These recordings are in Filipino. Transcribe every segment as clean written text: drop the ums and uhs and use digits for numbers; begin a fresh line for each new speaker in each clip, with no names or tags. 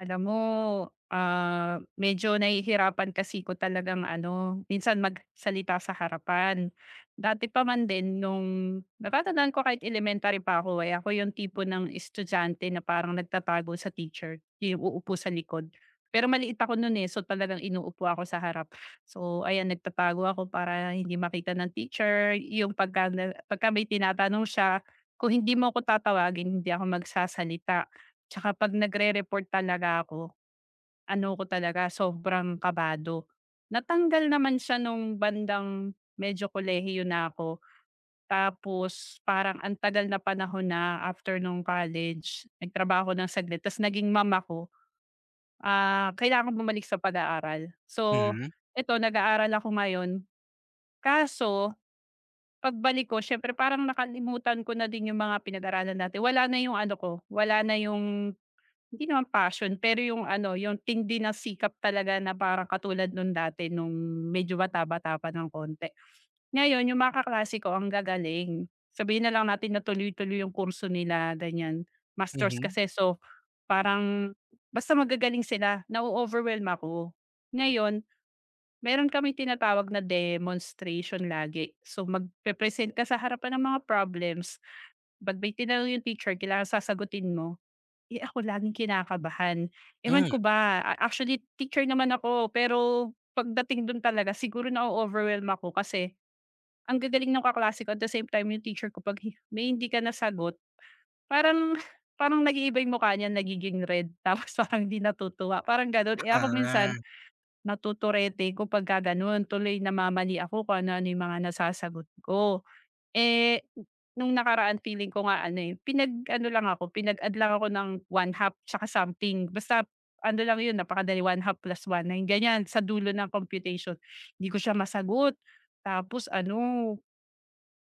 Alam mo, ah, medyo nahihirapan kasi ko talagang ano, minsan magsalita sa harapan. Dati pa man din nung natatandaan ko kahit elementary pa ako, eh, ako yung tipo ng estudyante na parang nagtatago sa teacher, yung uupo sa likod. Pero maliit ako no'n, eh, so talagang inuupo ako sa harap. So ayan, nagtatago ako para hindi makita ng teacher, yung pagka may tinatanong siya, kung hindi mo ako tatawagin, hindi ako magsasalita. Tsaka 'pag nagre-report talaga ako, ano ko talaga sobrang kabado. Natanggal naman siya nung bandang medyo kolehiyo na ako, tapos parang ang tagal na panahon na after nung college, nagtrabaho ng saglit ta's naging mama ko ah, kailangan bumalik sa pag-aaral. So,
Mhm,
eto nag-aaral ako ngayon, kaso pagbalik ko siyempre parang nakalimutan ko na din yung mga pinag-aralan natin, wala na yung ano ko, wala na yung hindi naman passion, pero yung ano, yung tindi ng sikap talaga na parang katulad no'n dati nung medyo bata-bata pa ng konti. Ngayon yung mga kaklase ko ang gagaling. Sabihin na lang natin na tuloy-tuloy yung kurso nila ganiyan, masters
mhm,
kasi so parang basta magagaling sila, na overwhelm ako. Ngayon, meron kami tinatawag na demonstration lagi. So magpe-present ka sa harapan ng mga problems, 'pag may tinanong yung teacher kailangan sasagutin mo. Eh, ako laging kinakabahan. Ewan
hmm.
ko ba, actually teacher naman ako pero pagdating dun talaga siguro na overwhelm ako kasi ang gagaling ng kaklase ko at the same time yung teacher ko 'pag may hindi ka nasagot parang parang nag-iiba yung mukha niya, nagiging red tapos parang hindi natutuwa, parang gano'n. Eh, ako
Ah.
minsan natuturete ko pag gano'n, tuloy namamali ako kung ano-ano yung mga nasasagot ko. Eh, nung nakaraan feeling ko nga ano, eh, pinag-ano lang ako, pinag-add lang ako ng one half tsaka something. Basta ano lang yun, napakadali one half plus 1/9 ganyan sa dulo ng computation. Hindi ko siya masagot, tapos ano,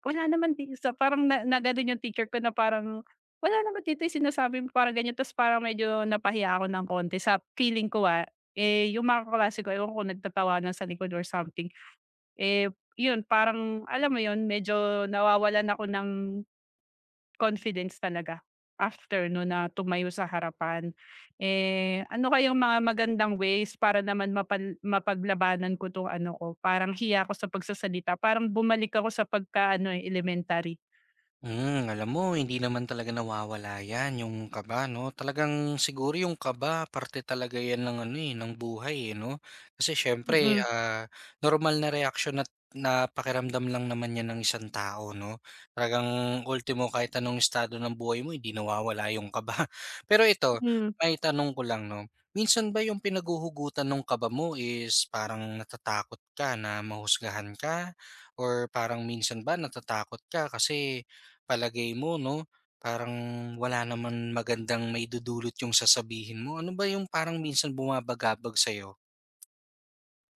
wala naman di sa parang na na gano'n yung teacher ko na parang, "Wala naman dito yung sinasabi mo," parang ganyan. Tapos parang medyo napahiya ako ng konti sa feeling ko, ah. Eh, yung mga kaklase ko ewan ko nagtatawanan sa likod or something. Eh, yun parang alam mo yun, medyo nawawalan ako ng confidence talaga after no na tumayo sa harapan. Eh, ano kayang mga magandang ways para naman mapaglabanan ko 'tong ano ko, parang hiya ko sa pagsasalita, parang bumalik ako sa pagka-ano, eh, elementary.
Hmm, alam mo hindi naman talaga nawawala 'yan, yung kaba 'no. Talagang siguro yung kaba parte talaga 'yan ng ano, eh, ng buhay, eh, 'no. Kasi siyempre,
Mm,
ah, normal na reaksyon at na pakiramdam lang naman 'yan ng isang tao 'no. Talagang ultimo kahit anong estado ng buhay mo hindi nawawala yung kaba. Pero ito,
hmm.
may tanong ko lang 'no, minsan ba yung pinaguhugutan ng kaba mo is parang natatakot ka na mahusgahan ka or parang minsan ba natatakot ka kasi palagay mo 'no, parang wala naman magandang maidudulot yung sasabihin mo. Ano ba yung parang minsan bumabagabag sa'yo?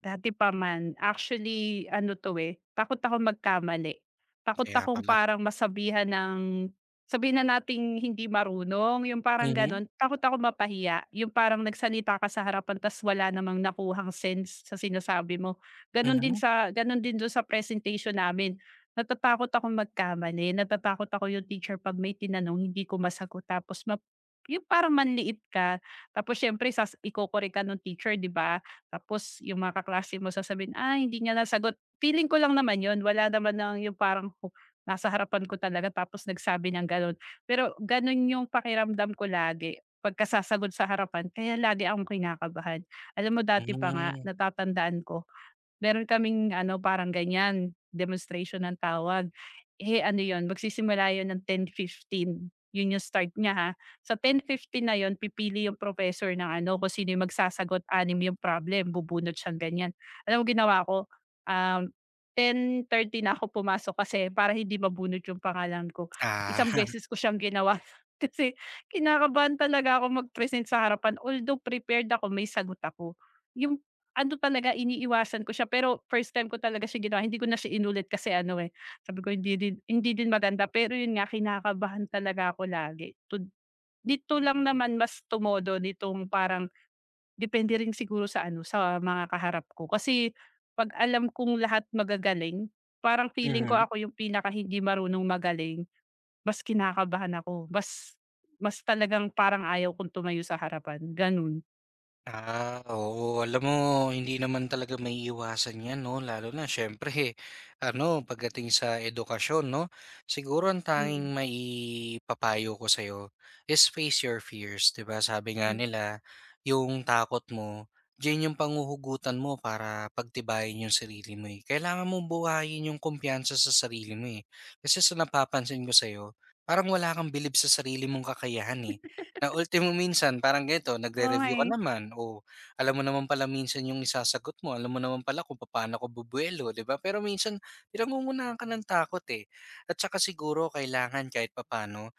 Dati pa man. Actually ano 'to, eh, takot akong magkamali. Takot
Kaya
akong
pala.
parang masabihan ng sabihin na nating hindi marunong, yung parang
Mhm,
gano'n. Takot ako mapahiya, yung parang nagsalita ka sa harapan ta's wala namang nakuhang sense sa sinasabi mo. Gano'n din
mhm,
sa gano'n din do'n sa presentation namin. Natatakot akong magkamali, natatakot ako yung teacher 'pag may tinanong hindi ko masagot tapos yung parang manliit ka tapos siyempre iko-correct ka nung teacher, 'di ba? Tapos yung mga kaklase mo sasabihin, "Ah, hindi niya nasagot." Feeling ko lang naman yon wala naman ng yung parang nasa harapan ko talaga tapos nagsabi ng gano'n. Pero gano'n yung pakiramdam ko lagi pagkasasagot sa harapan kaya lagi akong kinakabahan. Alam mo dati pa nga
hmm.
natatandaan ko meron kaming ano, parang ganyan, demonstration ng tawag. Eh, ano 'yun, magsisimula 'yun ng 10:15, 'yun yung start niya ha. Sa ten fifteen na 'yun, pipili yung professor ng ano, kung sino yung magsasagot, 6 yung problem, bubunot siyang ganyan. Alam mo ginawa ko, um, ten thirty na ako pumasok kasi para hindi mabunot yung pangalan ko. Isang
Ah,
beses ko siyang ginawa kasi kinakabahan talaga ako mag-present sa harapan although prepared ako, may sagot ako. Yung ano talaga iniiwasan ko siya pero first time ko talaga siya ginawa hindi ko na siya inulit kasi ano, eh, sabi ko hindi din maganda pero yun nga kinakabahan talaga ako lagi dito lang naman mas tumodo nitong parang depende rin siguro sa ano, sa mga kaharap ko kasi 'pag alam kong lahat magagaling, parang feeling ko
mhm.
ako yung pinaka hindi marunong magaling, mas kinakabahan ako, mas mas talagang parang ayaw kong tumayo sa harapan, ganun.
Ah, oo. Alam mo, hindi naman talaga maiiwasan yan, no? Lalo na, syempre, ano, pagdating sa edukasyon, no? Siguro ang
Mm.
tanging maipapayo ko sa'yo is face your fears, di ba? Sabi nga
Hmm.
nila, yung takot mo, diyan yung panguhugutan mo para pagtibayin yung sarili mo, eh. Kailangan mong buhayin yung kumpiyansa sa sarili mo, eh. Kasi sa napapansin ko sa'yo, parang wala kang bilib sa sarili mong kakayahan, eh. Na ultimo minsan parang ganito nagre-review ka
Okey,
naman, o alam mo naman pala minsan yung isasagot mo, alam mo naman pala kung paano ko bubuelo, 'di ba? Pero minsan pinangungunahan ka ng takot, eh. At saka siguro kailangan kahit papaano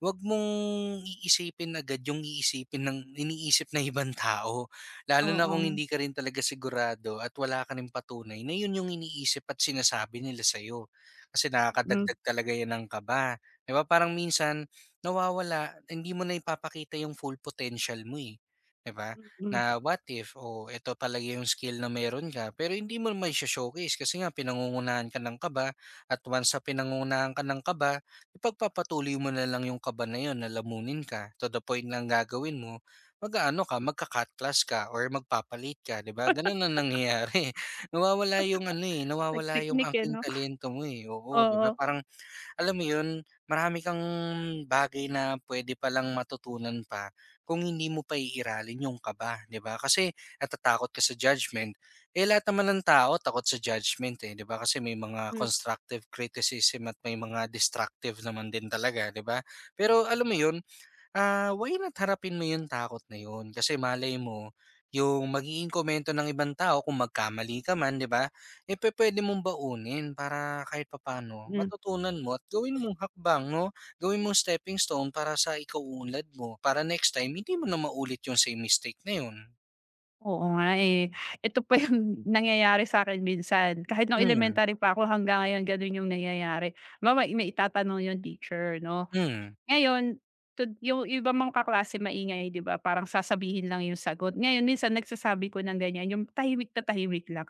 'wag mong iisipin agad yung iisipin ng iniisip na ibang tao. Lalo na
oo.
kung hindi ka rin talaga sigurado at wala ka ring patunay na yun yung iniisip at sinasabi nila sa'yo. Kasi
Hmm,
nakakadagdag talaga yan ng kaba, 'di ba? Parang minsan nawawala, hindi mo na ipapakita yung full potential mo, eh, 'di ba?
mm.
Na what if, o eto talaga yung skill na meron ka pero hindi mo naman i showcase kasi nga pinangungunahan ka ng kaba at once sa pinangungunahan ka ng kaba ipagpapatuloy mo na lang yung kaba na yun na lamunin ka to the point na gagawin mo, mag-aano ka, magka-cut class ka or magpapalit ka, 'di ba? Ganun ang nangyayari. Nawawala yung ano, eh, nawawala yung
Nagpiknik, eh,
angking
'no?
talento mo, eh, oo, 'di
Oo,
ba? Parang alam mo yun, marami kang bagay na pwede palang matutunan pa kung hindi mo pa iiralin yung kaba, 'di ba? Kasi natatakot ka sa judgment. Eh, lahat naman ng tao takot sa judgment, eh, 'di ba? Kasi may mga constructive criticism at may mga destructive naman din talaga, 'di ba? Pero alam mo yun, ah, why not harapin mo yung takot na yun kasi malay mo yung magiging komento ng ibang tao kung magkamali ka man, 'di ba? Eh pwede mong baunin para kahit papano
mm.
matutunan mo at gawin mong hakbang, no? Gawin mong stepping stone para sa ikauunlad mo para next time hindi mo na maulit yung same mistake na yun.
Oo nga, eh. Ito pa yung nangyayari sa'kin minsan. Kahit nung
Hmm.
elementary pa ako hanggang ngayon gano'n yung nangyayari. Halimbawa, may itatanong yung teacher 'no.
Mm.
Ngayon, yung iba mong kaklase maingay, 'di ba, parang sasabihin lang yung sagot. Ngayon minsan nagsasabi ko ng ganyan, yung tahimik na tahimik lang.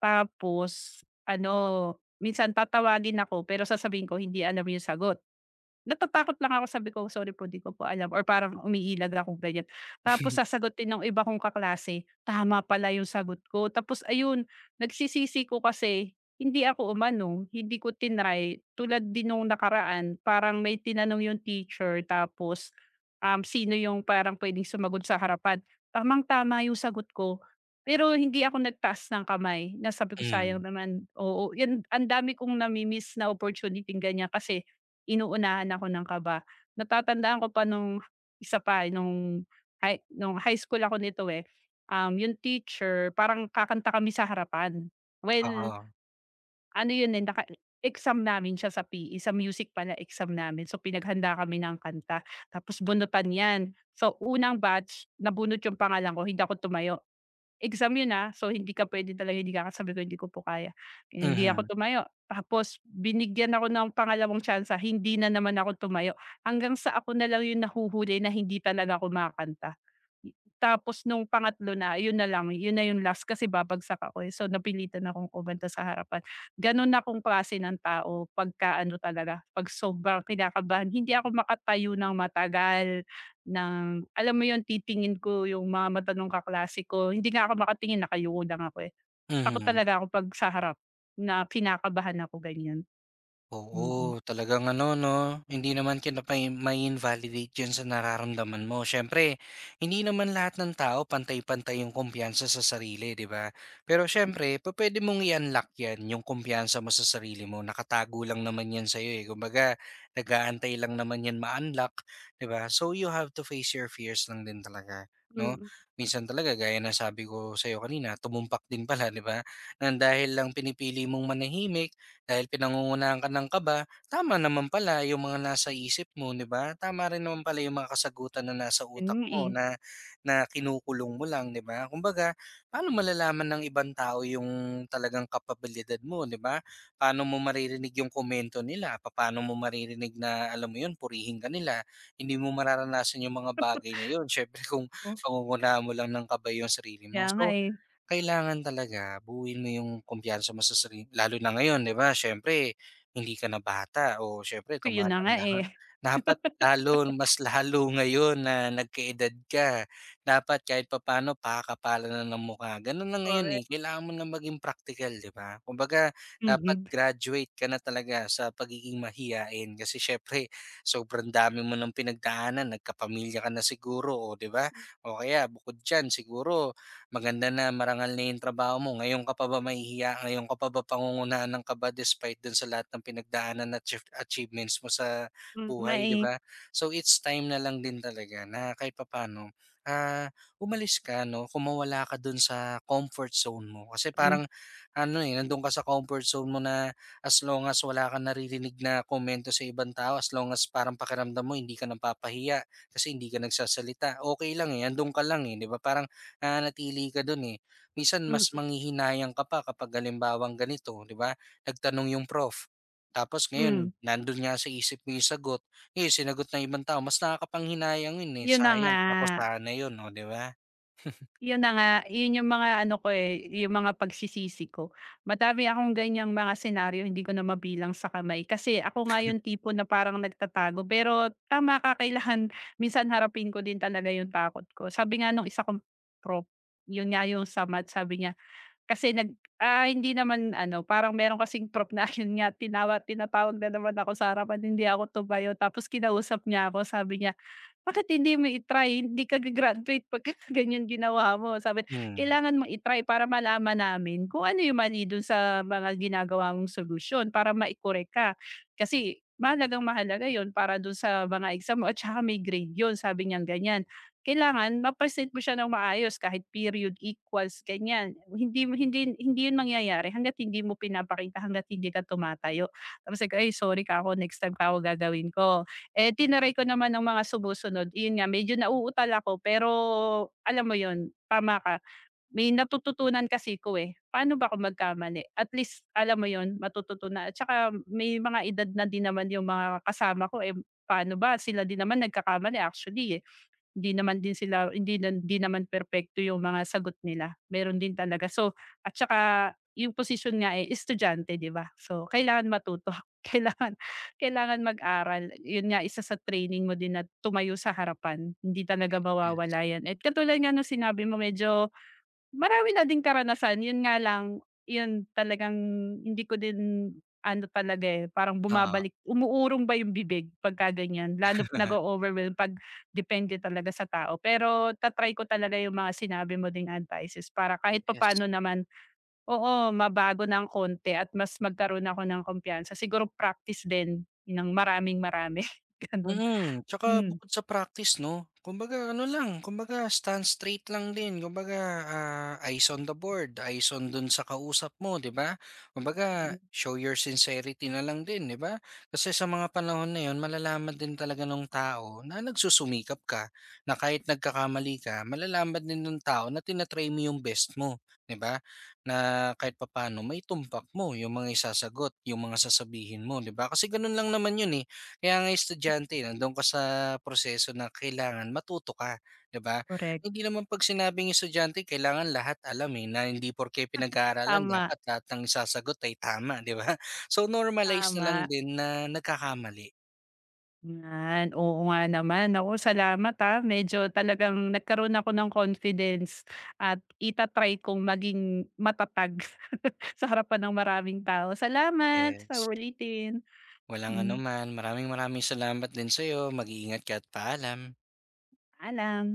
Tapos ano, minsan tatawagin ako pero sasabihin ko, "Hindi alam yung sagot." Natatakot lang ako sabi ko, "Sorry po, 'di ko po alam," or parang umiilag akong ganyan. Tapos sasagutin ng iba kong kaklase, tama pala yung sagot ko. Tapos ayun, nagsisisi ko kasi hindi ako umano, hindi ko tinry. Tulad din nung nakaraan, parang may tinanong yung teacher tapos, sino yung parang pwedeng sumagot sa harapan, tamang-tama yung sagot ko. Pero hindi ako nagtaas ng kamay nasabi ko, "Sayang
Mm.
naman." Oo, yun ang dami kong na opportunity-ng ganyan kasi inuunahan ako ng kaba. Natatandaan ko pa nung isa pa, nung high school ako nito, eh, yung teacher parang kakanta kami sa harapan. Well,
Oo.
ano yun, eh, exam namin siya sa PE, sa music pala exam namin. So, pinaghanda kami ng kanta tapos bunutan 'yan. So, unang batch nabunot yung pangalan ko, hindi ako tumayo. Exam yun, ah, so hindi ka puwede talaga hindi ka sabi ko, "Hindi ko po kaya." Hindi ako
Mhm.
tumayo. Tapos binigyan ako ng pangalawang chance, hindi na naman ako tumayo. Hanggang sa ako na lang yung nahuhuli na hindi talaga kumakanta. Tapos nung pangatlo na, yun na lang, yun na yung last kasi babagsak ako, eh. So, napilitan akong kumanta sa harapan. Gano'n akong klase ng tao pagka ano talaga, 'pag sobrang kinakabahan. Hindi ako makatayo ng matagal, ng alam mo yun, titingin ko yung mga mata nung kaklase ko. Hindi nga ako makatingin, nakayuko lang ako, eh. Takot
Mhm.
talaga ako 'pag sa harap na kinakabahan ako, ganyan. Mm.
Oo, talagang ano 'no, hindi naman kita may mai-invalidate 'yun sa nararamdaman mo. Siyempre, hindi naman lahat ng tao pantay-pantay yung kumpiyansa sa sarili, 'di ba? Pero siyempre, pwede mong i-unlock 'yan, yung kumpiyansa mo sa sarili mo. Nakatago lang naman 'yan sa'yo, eh. Kumbaga, nag-aantay lang naman 'yan ma-unlock, 'di ba? So, you have to face your fears lang din talaga,
Mm,
'no?
mm.
Minsan talaga gaya na sabi ko sa'yo kanina, tumumpak din pala, 'di ba? Nang dahil lang pinipili mong manahimik dahil pinangungunahan ka ng kaba, tama naman pala yung mga nasa isip mo, 'di ba? Tama rin naman pala yung mga kasagutan na nasa
Yun
utak
nga, eh.
mo na na kinukulong mo lang, 'di ba? Kumbaga, paano malalaman ng ibang tao yung talagang kapabilidad mo, 'di ba? Paano mo maririnig yung komento nila? Paano mo maririnig na alam mo yun, purihin ka nila? Hindi mo mararanasan yung mga bagay na yun. Syempre kung
Oh,
pangungunahan mo lang ng kaba yung sarili
kaya
mo.
nga,
So,
eh.
kailangan talaga buuin mo yung kumpiyansa mo sa sarili lalo na ngayon, 'di ba, siyempre hindi ka na bata o siyempre
Yun na nga,
tumatanda ka.
eh.
Dapat lalo, mas lalo ngayon na nagka ka, dapat kahit papaano pakakapalan na ng mukha. Gano'n na ngayon,
Korek.
eh, kailangan mo na maging practical, 'di ba? Kumbaga dapat
Mm.
graduate ka na talaga sa pagiging mahiyain kasi siyempre sobrang dami mo ng pinagdaanan, nagkapamilya ka na siguro o 'di ba? O kaya bukod diyan siguro maganda na marangal na yung trabaho mo, ngayon ka pa ba mahihiya, ngayon ka pa ba pangungunahan ng kaba despite dun sa lahat ng pinagdaanan at achievements mo sa
Mm. Nga,
buhay, di
eh.
ba? So it's time na lang din talaga na kahit papaano, ah, umalis ka, no? Kumawala ka dun sa comfort zone mo. Kasi
Hmm,
parang ano eh, nandun ka sa comfort zone mo na as long as wala kang naririnig na komento sa ibang tao, as long as parang pakiramdam mo hindi ka napapahiya kasi hindi ka nagsasalita, okay lang eh, nandun ka lang eh, di ba? Parang nananatili ka dun eh. Minsan mas
mm.
manghihinayang ka pa kapag halimbawang ganito, 'di ba, nagtanong yung prof, tapos ngayon
Mm.
nandun nga sa isip mo yung sagot, eh, sinagot ng ibang tao, mas nakakapanghinayang 'yun, eh,
Yun na nga,
sayang. Naku, sana 'yun, oh, 'di ba?
yun na nga, yun yung mga ano ko, eh, yung mga pagsisisi ko. Madami akong ganyang mga senaryo hindi ko na mabilang sa kamay kasi ako nga yung tipo na parang nagtatago pero tama ka kailangan minsan harapin ko din talaga yung takot ko. Sabi nga nung isa kong prop, yun nga yung sa math sabi niya kasi nag ah, hindi naman ano parang meron kasing prop na yun nga tinatawag na naman ako sa harapan hindi ako tumayo tapos kinausap niya ako sabi niya bakit hindi mo i-try? Hindi ka ga-graduate pagka ganyan ginawa mo, sabi
Hmm,
kailangan mong i-try para malaman namin kung ano yung mali dun sa mga ginagawa mong solusyon para mai-correct ka. Kasi mahalagang mahalaga yon para dun sa mga exam mo at saka may grade yun, sabi niyang ganyan. Kailangan ma-present mo siya ng maayos kahit period, equals, ganyan. Hindi hindi hindi yun mangyayari hangga't hindi mo pinapakita, hangga't hindi ka tumatayo. Tapos sabi "Ay sorry, Kako, next time Kako gagawin ko." Eh, tinry ko naman ng mga sumusunod, iyon nga medyo nauutal ako pero alam mo yon tama ka, may natututunan kasi ko, eh. Paano ba ako magkamali? At least alam mo yon matututunan at saka may mga edad na din naman yung mga kasama ko, eh, paano ba sila din naman nagkakamali actually, eh. Hindi naman din sila hindi naman perpekto yung mga sagot nila, meron din talaga. So at saka yung posisyon nga, eh, estudyante, 'di ba? So kailangan matuto, kailangan kailangan mag-aral. Yun nga, isa sa training mo din na tumayo sa harapan, hindi talaga
yes,
mawawala 'yan. At katulad nga nung sinabi mo medyo marami na ding karanasan, yun nga lang, yun talagang hindi ko din ano talaga, eh, parang
oo,
bumabalik umuurong ba yung bibig pagka ganyan, lalo't nag overwhelm 'pag depende talaga sa tao. Pero ta ko talaga yung mga sinabi mo ding advices para kahit
yes.
papaano naman, oo, mabago ng konti at mas magkaroon ako ng kumpiyansa. Siguro practice din ng maraming-marami, gano'n.
Mm, tsaka
Hmm,
bukod sa practice 'no, kumbaga ano lang, kumbaga stand straight lang din. Kumbaga, ah, eyes on the board, eyes on dun sa kausap mo, 'di ba? Kumbaga,
mm,
show your sincerity na lang din, 'di ba? Kasi sa mga panahon na yun malalaman din talaga ng tao na nagsusumikap ka, na kahit nagkakamali ka, malalaman din ng tao na tina mo yung best mo, 'di ba? Na kahit papano, may tumpak mo yung mga isasagot, yung mga sasabihin mo, 'di ba? Kasi ganun lang naman yun, eh. Kaya nga estudyante nandoon ka sa proseso na kailangan matuto ka, 'di ba?
korek.
Hindi naman 'pag sinabing estudyante kailangan lahat alam, eh, na hindi porke pinag-aaralan
Tama,
dapat lahat ng isasagot ay tama, 'di ba? So, normalize na lang
tama.
din na nagkakamali.
Yan, oo nga naman. Naku, salamat ha. Medyo talagang nagkaroon ako ng confidence at itatry kong maging matatag sa harapan ng maraming tao. Salamat sa
Yes.
ulitin.
Walang
Hmm,
anuman, maraming maraming salamat din sa'yo, mag-iingat ka at paalam.
paalam.